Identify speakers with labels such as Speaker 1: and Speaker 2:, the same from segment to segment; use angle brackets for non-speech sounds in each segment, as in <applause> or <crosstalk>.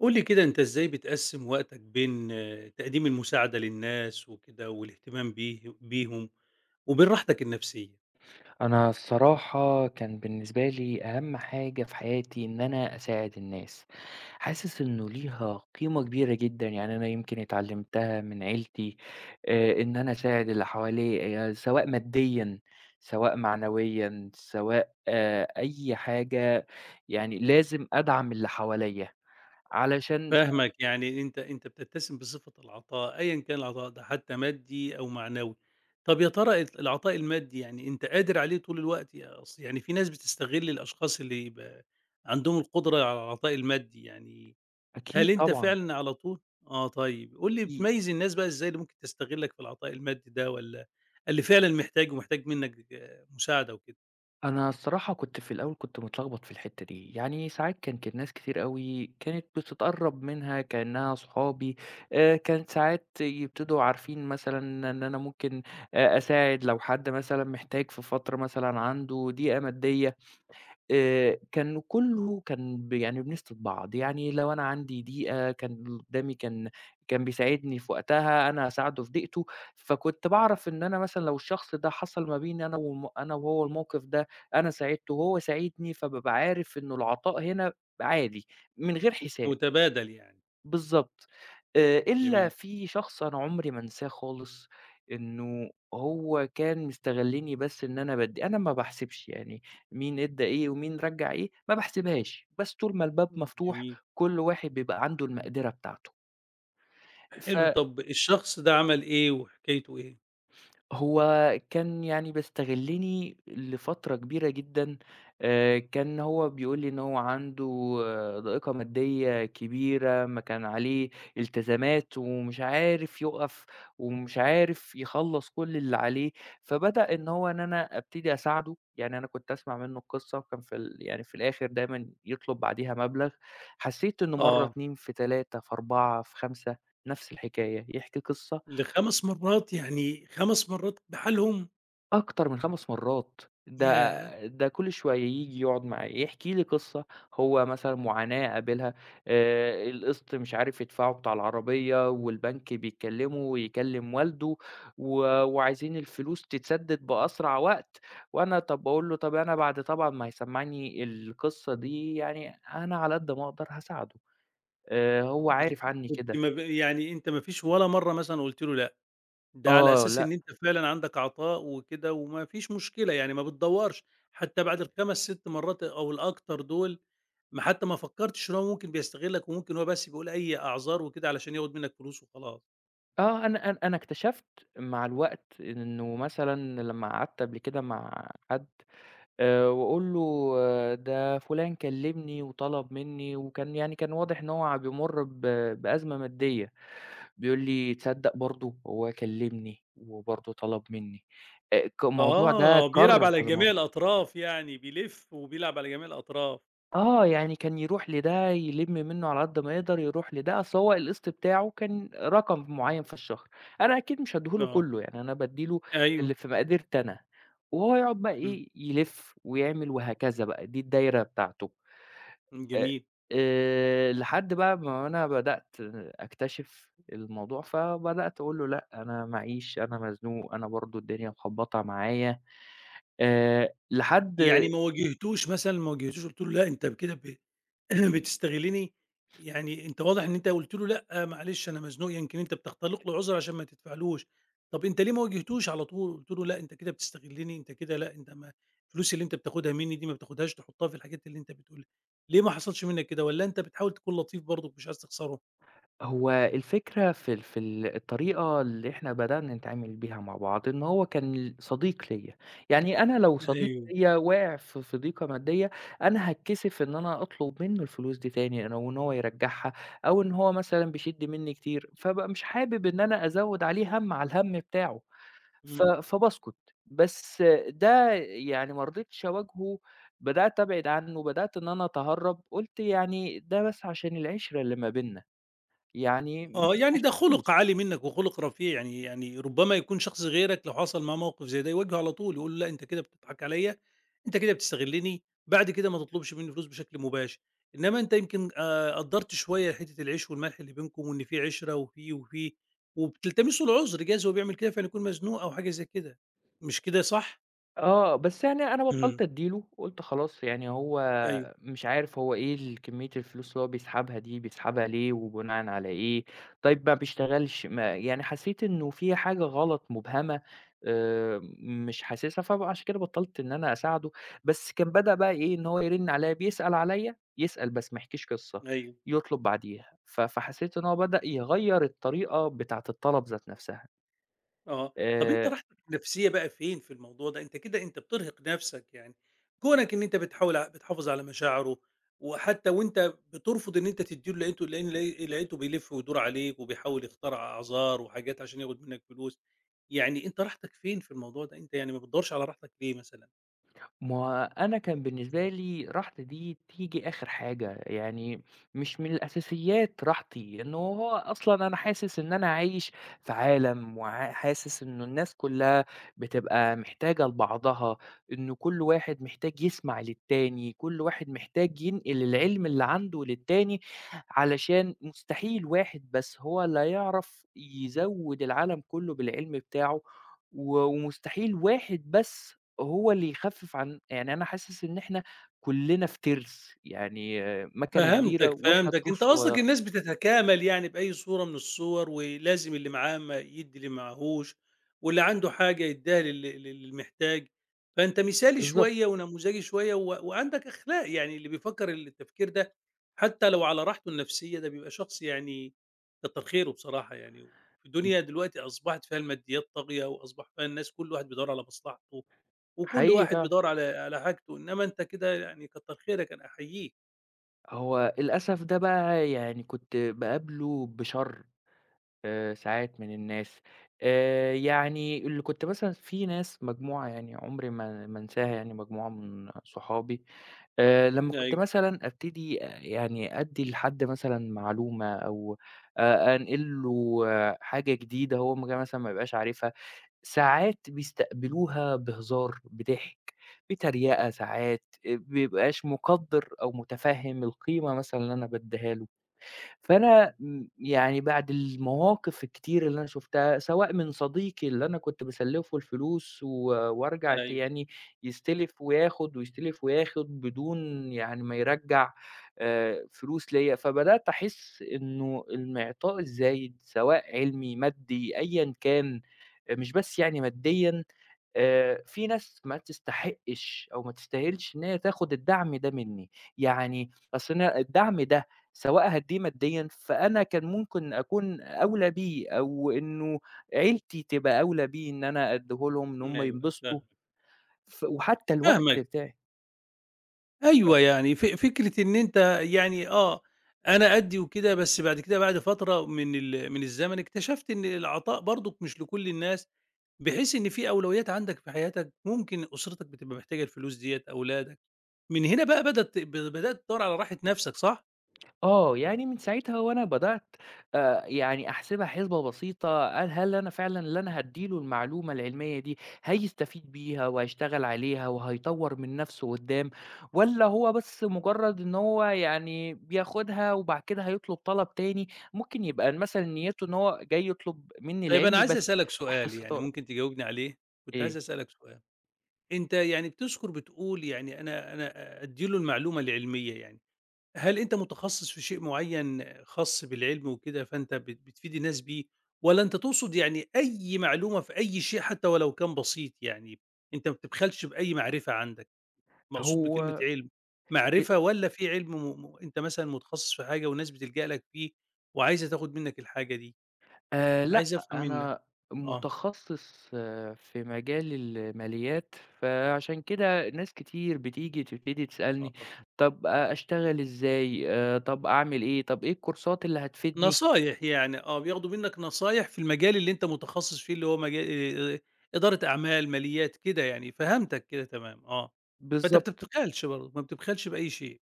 Speaker 1: قُل لي كده أنت إزاي بتقسّم وقتك بين تقديم المساعدة للناس وكده والاهتمام بيهم، وبين راحتك النفسية؟
Speaker 2: أنا الصراحة كان بالنسبة لي أهم حاجة في حياتي إن أنا أساعد الناس، حاسس إنه ليها قيمة كبيرة جدًا، يعني أنا يمكن اتعلمتها من عيلتي إن أنا أساعد اللي حواليّا سواء ماديًا، سواء معنويًا، سواء أي حاجة، يعني لازم أدعم اللي حواليّا علشان.
Speaker 1: فاهمك، يعني أنت بتتسم بصفة العطاء أيًا كان العطاء ده حتى مادي أو معنوي، طَب يا ترى العطاء المادي يعني أنت قادر عليه طول الوقت؟ يا أصل يعني في ناس بتستغل الأشخاص اللي يبقى عندهم القدرة على العطاء المادي يعني
Speaker 2: أكيد
Speaker 1: هل أنت
Speaker 2: طبعًا.
Speaker 1: فعلًا على طول؟ طيب، قُل لي بتميّز الناس بقى إزاي اللي ممكن تستغلك في العطاء المادي ده والّا اللي فعلًا محتاج منّك مساعدة وكده،
Speaker 2: أنا الصراحة كنت في الأول كنت متلخبط في الحتّة دي، يعني ساعات كانت ناس كتير أوي كانت بتتقرّب منها كإنها صحابي، كانت ساعات يبتدوا عارفين مثلًا إن أنا ممكن أساعد لو حد مثلًا محتاج في فترة مثلًا عنده ضيقة مادية، كان كُلّه كان يعني بنسند بعض، يعني لو أنا عندي ضيقة كان اللي قدّامي كان بيساعدني في وقتها، أنا هاساعده في ضيقته، فكنت باعرف إن أنا مثلًا لو الشخص ده حصل ما بيني أنا أنا وهو الموقف ده، أنا ساعدته وهو ساعدني، فبابقى عارف إنه العطاء هنا عادي من غير حساب.
Speaker 1: متبادل يعني،
Speaker 2: بالضبط. إلا
Speaker 1: جميل،
Speaker 2: في شخص أنا عمري ما أنساه خالص، إنه هو كان مستغلّني بس إن أنا بادّي، أنا ما باحسبش يعني مين ادّى إيه ومين رجّع إيه، ما باحسبهاش، بس طول ما الباب
Speaker 1: إمم،
Speaker 2: مفتوح،
Speaker 1: جميل،
Speaker 2: كل واحد بيبقى عنده المقدرة بتاعته.
Speaker 1: حلو
Speaker 2: ف
Speaker 1: طب الشخص ده عمل إيه وحكايته إيه؟
Speaker 2: هو كان يعني بيستغلني لفترة كبيرة جدًا، كان هو بيقول لي إن هو عنده ضائقة مادية كبيرة، ما كان عليه التزامات ومش عارف يُقف، ومش عارف يخلّص كل اللي عليه، فبدأ إن هو إن أنا أبتدي أساعده، يعني أنا كنت أسمع منه القصة وكان في ال يعني في الآخر دايمًا يطلب بعديها مبلغ، حسيت إنه مرّة،
Speaker 1: آه،
Speaker 2: 2، في 3، في 4، في 5 نفس الحكاية، يحكي قصة
Speaker 1: ل5 مرات يعني 5 مرات بحالهم!
Speaker 2: أكتر من 5 مرّات،
Speaker 1: ياه!
Speaker 2: ده كل شوية ييجي يقعد معايا، يحكي لي قصّة، هو مثلًا معاناة قابلها، القسط مش عارف يدفعه بتاع العربية والبنك بيكلّمه ويكلّم والده، وعايزين الفلوس تتسدد بأسرع وقت، وأنا طَب باقول له طَب أنا بعد طبعًا ما هيسمّعني القصّة دي يعني أنا على قد ما أقدر هاساعده، هو عارف عني
Speaker 1: كنت ما
Speaker 2: كده.
Speaker 1: ب يعني أنت ما فيش ولا مرّة مثلًا قُلت له لأ؟ ده على
Speaker 2: آه،
Speaker 1: أساس إن
Speaker 2: لأ.
Speaker 1: أنت فعلًا عندك عطاء وكده وما فيش مشكلة، يعني ما بتدوّرش، حتى بعد ال5، 6 مرات أو الأكتر دول ما حتى ما فكّرتش إن هو ممكن بيستغلّك وممكن هو بس بيقول أي أعذار وكده علشان ياخُد منّك فلوس وخلاص.
Speaker 2: أنا اكتشفت مع الوقت إنه مثلًا لمّا قعدت قبل كده مع حد وأقول له ده فلان كلمني وطلب مني وكان يعني كان واضح إن هو بيمُر بأزمة مادية، بيقول لي تصدق برضه هو كلمني وبرضه طلب مني، ك الموضوع ده
Speaker 1: بيلعب
Speaker 2: اتكرر.
Speaker 1: على جميع الأطراف يعني، بيلِف وبيلعب على جميع الأطراف.
Speaker 2: يعني كان يروح لده يلِم منّه على قد ما يقدر، يروح لده، أصل هو القسط بتاعه كان رقم معيّن في الشهر، أنا أكيد مش هادّيه له
Speaker 1: آه،
Speaker 2: كلّه، يعني أنا بادّي له
Speaker 1: أيوه،
Speaker 2: اللي في مقدرتي أنا، وهو يقعد بقى
Speaker 1: إمم،
Speaker 2: إيه، يلِف ويعمل وهكذا بقى، دي الدايرة بتاعته.
Speaker 1: إمم،
Speaker 2: آآ
Speaker 1: جميل.
Speaker 2: لحد بقى ما أنا بدأت أكتشف الموضوع، فبدأت أقول له: "لأ، أنا معيش، أنا مزنوق، أنا برضه الدنيا مخبّطة معايا." لحد
Speaker 1: يعني ما واجهتوش قُلت له لأ أنت كده <clears throat> بتستغلني، يعني أنت واضح إن أنت قُلت له لأ معلش أنا مزنوق يمكن أنت بتختلق له عُذر عشان ما تدفعلوش، طب أنت ليه ما واجهتوش على طول؟ قُلت له لأ أنت كده بتستغلني، أنت كده لأ أنت ما الفلوس اللي أنت بتاخدها مني دي ما بتاخدهاش تحطها في الحاجات اللي أنت بتقول لي، ليه ما حصلش منك كده والّا أنت بتحاول تكون لطيف برضك مش عايز تخسره؟
Speaker 2: هو الفكرة في الطريقة اللي إحنا بدأنا نتعامل بيها مع بعض، إن هو كان صديق ليّا، يعني أنا لو صديق
Speaker 1: أيوه،
Speaker 2: ليّا واقع في ضيقة مادية، أنا هاتكسف إن أنا أطلب منه الفلوس دي تاني أو إن هو يرجّعها أو إن هو مثلًا بيشِد منّي كتير، فابقى مش حابب إن أنا أزوّد عليه هَم على الهَم بتاعه، ف
Speaker 1: إمم.
Speaker 2: فباسكت، بس ده يعني ما رضيتش أواجهه، بدأت أبعد عنّه، بدأت إن أنا أتهرّب، قُلت يعني ده بس عشان العِشرة اللي ما بيننا. يعني مش
Speaker 1: يعني ده
Speaker 2: عشان
Speaker 1: خُلُق
Speaker 2: فلوس.
Speaker 1: عالي منّك وخُلُق رفيع، يعني ربما يكون شخص غيرك لو حصل معاه موقف زي ده يواجهه على طول، يقول له لأ أنت كده بتضحك عليَّ، أنت كده بتستغلّني، بعد كده ما تطلبش منّي فلوس بشكل مباشر، إنّما أنت يمكن قدّرت شوية حتّة العيش والملح اللي بينكم وإن في عِشرة وفي، وبتلتمسوا العُذر جايز هو بيعمل كده فعلًا يكون مزنوق أو حاجة زي كده، مش كده صح؟
Speaker 2: بس يعني أنا
Speaker 1: إمم.
Speaker 2: بطّلت أدّي له، قُلت خلاص يعني هو
Speaker 1: أيوه،
Speaker 2: مش عارف هو إيه كمية الفلوس اللي هو بيسحبها دي، بيسحبها ليه وبناءً على إيه، طيب ما بيشتغلش، ما يعني حسّيت إنه في حاجة غلط مبهمة مش حاسسها، فعشان كده بطّلت إن أنا أساعده، بس كان بدأ بقى إيه، إن هو يرِن عليّا بيسأل عليّا، يسأل بس ما يحكيش قصّة،
Speaker 1: أيوه.
Speaker 2: يطلب بعديها، ف فحسّيت إن هو بدأ يغيّر الطريقة بتاعة الطلب ذات نَفْسها.
Speaker 1: طب أنت
Speaker 2: آآ
Speaker 1: راحتك النفسية بقى فين في الموضوع ده؟ أنت كده أنت بترهق نفسك يعني، كونك إن أنت بتحاول بتحافظ على مشاعره، وحتى وأنت بترفض إن أنت تدّي له لقيته لإن لقيته بيلف ويدور عليك وبيحاول يخترع أعذار وحاجات عشان ياخد منك فلوس، يعني أنت راحتك فين في الموضوع ده؟ أنت يعني ما بتدورش على راحتك ليه مثلًا؟
Speaker 2: ما أنا كان بالنسبة لي راحتي دي تيجي آخر حاجة، يعني مش من الأساسيات راحتي، إنه هو أصلًا أنا حاسس إن أنا عايش في عالم حاسس إنه الناس كلّها بتبقى محتاجة لبعضها، إنه كل واحد محتاج يسمع للتاني، كل واحد محتاج ينقل العلم اللي عنده للتاني، علشان مستحيل واحد بس هو اللي هيعرف يزوّد العالم كلّه بالعلم بتاعه، و ومستحيل واحد بس هو اللي يخفِّف عن، يعني أنا حاسس إن إحنا كُلّنا في تِرْس، يعني مَكَنة كبيرة
Speaker 1: فهمتك،
Speaker 2: وإحنا
Speaker 1: فهمتك. أنت
Speaker 2: تروس
Speaker 1: قصدك
Speaker 2: صغيرة.
Speaker 1: الناس بتتكامل يعني بأي صورة من الصور، ولازم اللي معاه ما يدّي اللي معاهوش، واللي عنده حاجة يدّيها للي محتاج، فأنت مثالي
Speaker 2: بالضبط،
Speaker 1: شوية ونموذجي شوية و وعندك أخلاق، يعني اللي بيفكّر التفكير ده حتى لو على راحته النفسية ده بيبقى شخص يعني كتّر خيره بصراحة يعني، في الدنيا دلوقتي أصبحت فيها الماديات طاغية وأصبح فيها الناس كل واحد بيدوّر على مصلحته، وكل
Speaker 2: حقيقي
Speaker 1: واحد
Speaker 2: فعلًا.
Speaker 1: بيدوّر على حاجته، إنما أنت كده يعني كتّر خيرك، أنا أحييك.
Speaker 2: هو للأسف ده بقى يعني كنت باقابله بشَر ساعات من الناس، يعني اللي كنت مثلًا في ناس مجموعة يعني عُمري ما أنساها يعني مجموعة من صحابي لمّا كنت
Speaker 1: أيوه.
Speaker 2: مثلًا أبتدي يعني أدّي لحد مثلًا معلومة أو أنقل له حاجة جديدة هو مثلًا ما يبقاش عارفها، ساعات بيستقبلوها بهزار، بضحك، بتريقة ساعات، بيبقاش مقدّر أو متفهم القيمة مثلًا اللي أنا بادّيها له.
Speaker 1: إمم.
Speaker 2: فأنا يعني بعد المواقف الكتير اللي أنا شُفتها، سواء من صديقي اللي أنا كنت باسلّفه الفلوس وأرجع
Speaker 1: أيوه،
Speaker 2: يعني يستلف وياخُد، ويستلف وياخُد بدون يعني ما يرجّع فلوس ليّا، فبدأت أحس إنه الإعطاء الزايد سواء علمي، مادي، أيًا كان، مش بس يعني ماديًا. في ناس ما تستحقش أو ما تستاهلش إن هي تاخد الدعم ده منّي، يعني أصل أنا الدعم ده سواء هادّيه ماديًا، فأنا كان ممكن أكون أولى بيه أو إنه عيلتي تبقى أولى بيه إن أنا أدّيه لهم إن هم
Speaker 1: أيوه فاهم
Speaker 2: ينبسطوا، وحتى الوقت
Speaker 1: فاهمك،
Speaker 2: بتاعي.
Speaker 1: أيوه يعني فكرة إن أنت يعني أنا أدّي وكده بس بعد كده بعد فترة من الزمن اكتشفت إن العطاء برضُك مش لكل الناس، بحيث إن في أولويات عندك في حياتك ممكن أسرتك بتبقى محتاجة الفلوس ديّة، أولادك، من هنا بقى بدأت تدوّر على راحة نفسك صح؟
Speaker 2: يعني من ساعتها وأنا بدأت يعني أحسبها حسبة بسيطة، قال هل أنا فعلًا اللي أنا هادّي له المعلومة العلمية دي هيستفيد بيها وهيشتغل عليها وهيطوّر من نَفْسه قدّام، والّا هو بس مجرد إن هو يعني بياخدها وبعد كده هيطلب طلب تاني، ممكن يبقى مثلًا نيته إن هو جاي يطلب منّي
Speaker 1: طيب
Speaker 2: العلم
Speaker 1: أنا عايز
Speaker 2: بس
Speaker 1: أسألك
Speaker 2: تحت
Speaker 1: سؤال يعني
Speaker 2: الستارة.
Speaker 1: ممكن تجاوبني عليه؟ كنت عايز
Speaker 2: إيه؟
Speaker 1: أسألك سؤال، أنت يعني بتذكر بتقول يعني أنا أدّي له المعلومة العلمية يعني. هل أنت متخصص في شيء معيّن خاص بالعلم وكده، فأنت بتفيد الناس بيه، والّا أنت تقصد يعني أي معلومة في أي شيء حتى ولو كان بسيط، يعني أنت ما بتبخلش بأي معرفة عندك، مقصود بكلمة
Speaker 2: هو
Speaker 1: علم،
Speaker 2: أ
Speaker 1: معرفة والّا في علم م م أنت مثلًا متخصص في حاجة والناس بتلجأ لك فيه وعايزة تاخد منّك الحاجة دي؟
Speaker 2: لأ،
Speaker 1: عايز أفهم منّك.
Speaker 2: أنا
Speaker 1: آه،
Speaker 2: متخصص في مجال الماليات، فعشان كده ناس كتير بتيجي تبتدي
Speaker 1: آه،
Speaker 2: تسألني
Speaker 1: آه.
Speaker 2: طَب أشتغل إزاي، طَب أعمل إيه، طَب إيه الكورسات اللي هتفيدني؟
Speaker 1: نصايح يعني، بياخدوا منّك نصايح في المجال اللي أنت متخصص فيه، اللي هو مجال آآ، إدارة أعمال، ماليات، كده يعني، فهمتك كده تمام، فأنت ما
Speaker 2: بالضبط.
Speaker 1: بتبخلش برضه، ما بتبخلش بأي شيء،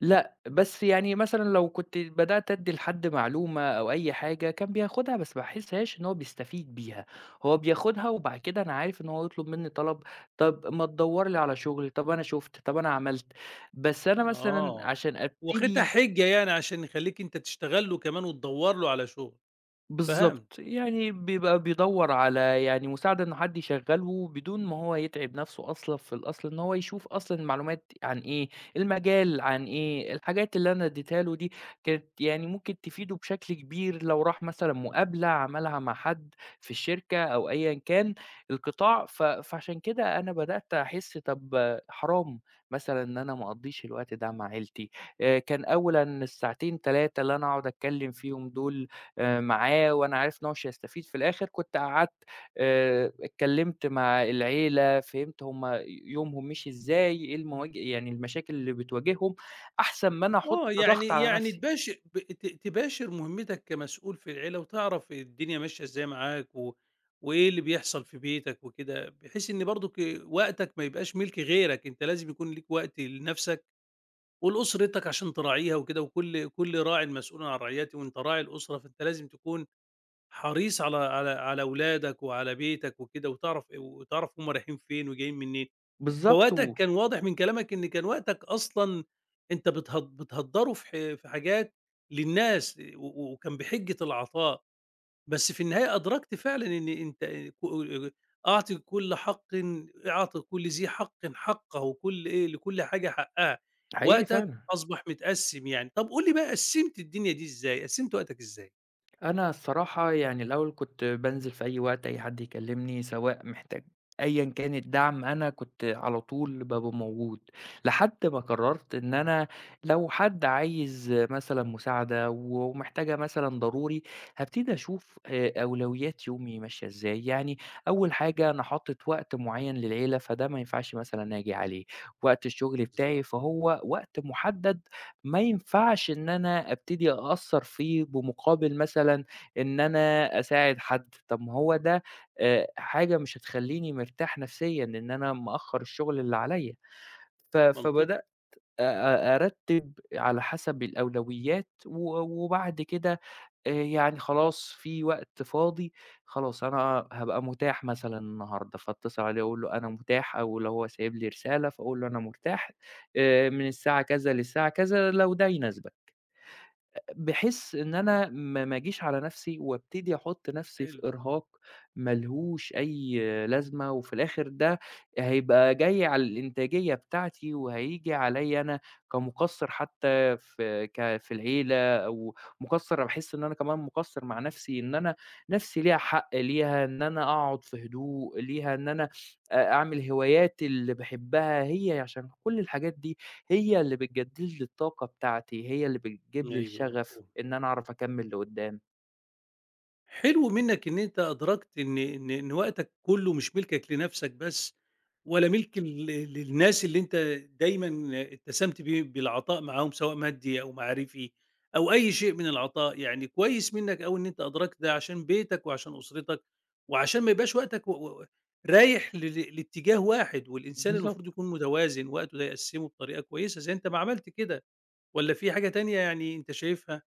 Speaker 2: لأ، بس يعني مثلًا لو كنت بدأت أدّي لحد معلومة أو أي حاجة كان بياخدها، بس ما باحسهاش إن هو بيستفيد بيها، هو بياخدها وبعد كده أنا عارف إن هو يطلب منّي طلب، طَب ما تدوّر لي على شغل، طَب أنا شُفت، طَب أنا عملت، بس أنا مثلًا
Speaker 1: آه،
Speaker 2: عشان
Speaker 1: واخدها
Speaker 2: أبتدي.
Speaker 1: حِجّة يعني عشان يخلّيك أنت تشتغل له كمان وتدوّر له على شغل، فهمت.
Speaker 2: بالضبط، يعني بيبقى بيدوّر على يعني مساعدة إن حد يشغّله بدون ما هو يتعب نَفْسه أصلًا، في الأصل إن هو يشوف أصلًا المعلومات عن إيه، المجال عن إيه، الحاجات اللي أنا ادّيتها له دي كانت يعني ممكن تفيده بشكل كبير لو راح مثلًا مقابلة عملها مع حد في الشركة أو أيًا كان القطاع، ف فعشان كده أنا بدأت أحس طَب حرام مثلًا إن أنا ما أقضّيش الوقت ده مع عيلتي، كان أولًا الساعتين 3 اللي أنا أقعد أتكلّم فيهم دول معاه وأنا عارف إن هو مش هيستفيد في الآخر، كنت قعدت اتكلمت مع العيلة، فهمت هُم يومهم مشي إزاي، إيه يعني المشاكل اللي بتواجههم، أحسن ما أنا أحُط ضغط
Speaker 1: يعني
Speaker 2: على
Speaker 1: يعني
Speaker 2: نفسي.
Speaker 1: تباش ب ت تباشر مهمتك كمسؤول في العيلة وتعرف الدنيا ماشية إزاي معاك و وإيه اللي بيحصل في بيتك وكده، بحيث إن برضك وقتك ما يبقاش مِلك غيرك، أنت لازم يكون ليك وقت لنفسك ولأسرتك عشان تراعيها وكده، وكل راعٍ مسؤول عن رعيته وأنت راعي الأسرة، فأنت لازم تكون حريص على ولادك وعلى بيتك وكده، وتعرف هم رايحين فين وجايين منين.
Speaker 2: بالضبط
Speaker 1: فوقتك كان واضح من كلامك إن كان وقتك أصلًا أنت بتهدّره في حاجات للناس و و وكان بحِجة العطاء، بس في النهاية أدركت فعلًا إن أنت ك أعطِ كل حقٍ أعطِ كل ذي حقٍ حقه وكل إيه، لكل حاجة حقها،
Speaker 2: حقيقي
Speaker 1: وقتك
Speaker 2: فعلًا.
Speaker 1: أصبح متقسّم يعني. طَب قُل لي بقى قسّمت الدنيا دي إزاي، قسّمت وقتك إزاي؟
Speaker 2: أنا الصراحة يعني الأول كنت بانزل في أي وقت أي حد يكلمني، سواء محتاج أيًا كان الدعم أنا كنت على طول بابقى موجود، لحد ما قررت إن أنا لو حد عايز مثلًا مساعدة ومحتاجها مثلًا ضروري، هابتدي أشوف أولويات يومي ماشية إزاي، يعني أول حاجة أنا حاطط وقت معين للعيلة، فده ما ينفعش مثلًا آجي عليه، وقت الشغل بتاعي
Speaker 1: بالضبط،
Speaker 2: فهو وقت محدد، ما ينفعش إن أنا أبتدي أأثّر فيه بمقابل مثلًا إن أنا أساعد حد، طب ما هو ده حاجة مش هتخلّيني مرتاح نفسيًا، إن أنا مأخّر الشغل اللي عليّا، ف
Speaker 1: منطقي،
Speaker 2: فبدأت أ أ أرتّب على حسب الأولويات و وبعد كده يعني خلاص في وقت فاضي، خلاص أنا هابقى متاح مثلًا النهارده، فأتصل عليه أقول له أنا متاح أو لو هو سايب لي رسالة فأقول له أنا متاح من الساعة كذا للساعة كذا لو ده يناسبك. بحيث إن أنا ما أجيش على نفسي وأبتدي أحُط نفسي في
Speaker 1: حلو،
Speaker 2: إرهاق ما لهوش أي لازمة، وفي الآخر ده هيبقى جاي على الإنتاجية بتاعتي، وهييجي عليّا أنا كمُقصّر حتى في العيلة، أو مُقصّر باحس إن أنا كمان مُقصّر مع نفسي، إن أنا نفسي ليها حق، ليها إن أنا أقعد في هدوء، ليها إن أنا أعمل هواياتي اللي باحبها، هي عشان كل الحاجات دي هي اللي بتجدّد لي الطاقة بتاعتي، هي اللي بتجيب لي
Speaker 1: أيوه
Speaker 2: الشغف
Speaker 1: مفهوم.
Speaker 2: إن أنا أعرف أكمّل لقدّام.
Speaker 1: حلو منك إن أنت أدركت إن وقتك كله مش ملكك لنفسك بس، ولا ملك للناس اللي أنت دايمًا اتسمت بالعطاء معاهم سواء مادي أو معرفي أو أي شيء من العطاء، يعني كويس منك أوي إن أنت أدركت ده عشان بيتك وعشان أسرتك، وعشان ما يبقاش وقتك و و رايح ل ل لاتجاه واحد، والإنسان
Speaker 2: بالضبط.
Speaker 1: المفروض يكون متوازن وقته ده يقسّمه بطريقة كويسة زي أنت ما عملت كده، والّا في حاجة تانية يعني أنت شايفها؟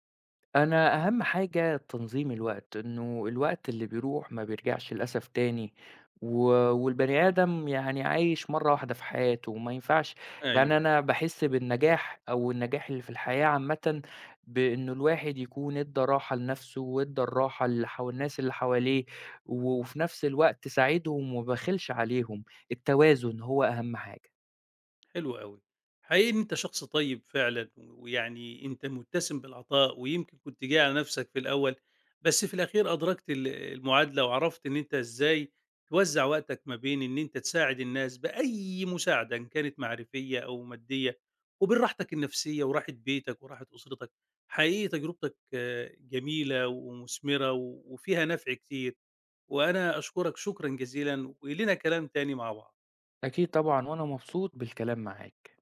Speaker 2: أنا أهم حاجة تنظيم الوقت، إنه الوقت اللي بيروح ما بيرجعش للأسف تاني، و والبني آدم يعني عايش مرّة واحدة في حياته، وما ينفعش يعني،
Speaker 1: أيوه.
Speaker 2: أنا باحس بالنجاح أو النجاح اللي في الحياة عامةً بإنه الواحد يكون ادّى راحة لنفسه، وادّى الراحة اللي الناس اللي حواليه، وفي نفس الوقت ساعدهم وما بخِلش عليهم، التوازن هو أهم حاجة.
Speaker 1: حلو أوي. حقيقي إن أنت شخص طيب فعلًا، ويعني أنت متسم بالعطاء، ويمكن كنت جاي على نفسك في الأول، بس في الأخير أدركت المعادلة، وعرفت إن أنت إزاي توزّع وقتك ما بين إن أنت تساعد الناس بأي مساعدة، إن كانت معرفية أو مادية، وبين راحتك النفسية وراحة بيتك وراحة أسرتك. حقيقي تجربتك جميلة ومثمرة، وفيها نفع كتير، وأنا أشكرك شكرًا جزيلًا، ولينا كلام تاني مع بعض.
Speaker 2: أكيد طبعًا، وأنا مبسوط بالكلام معاك.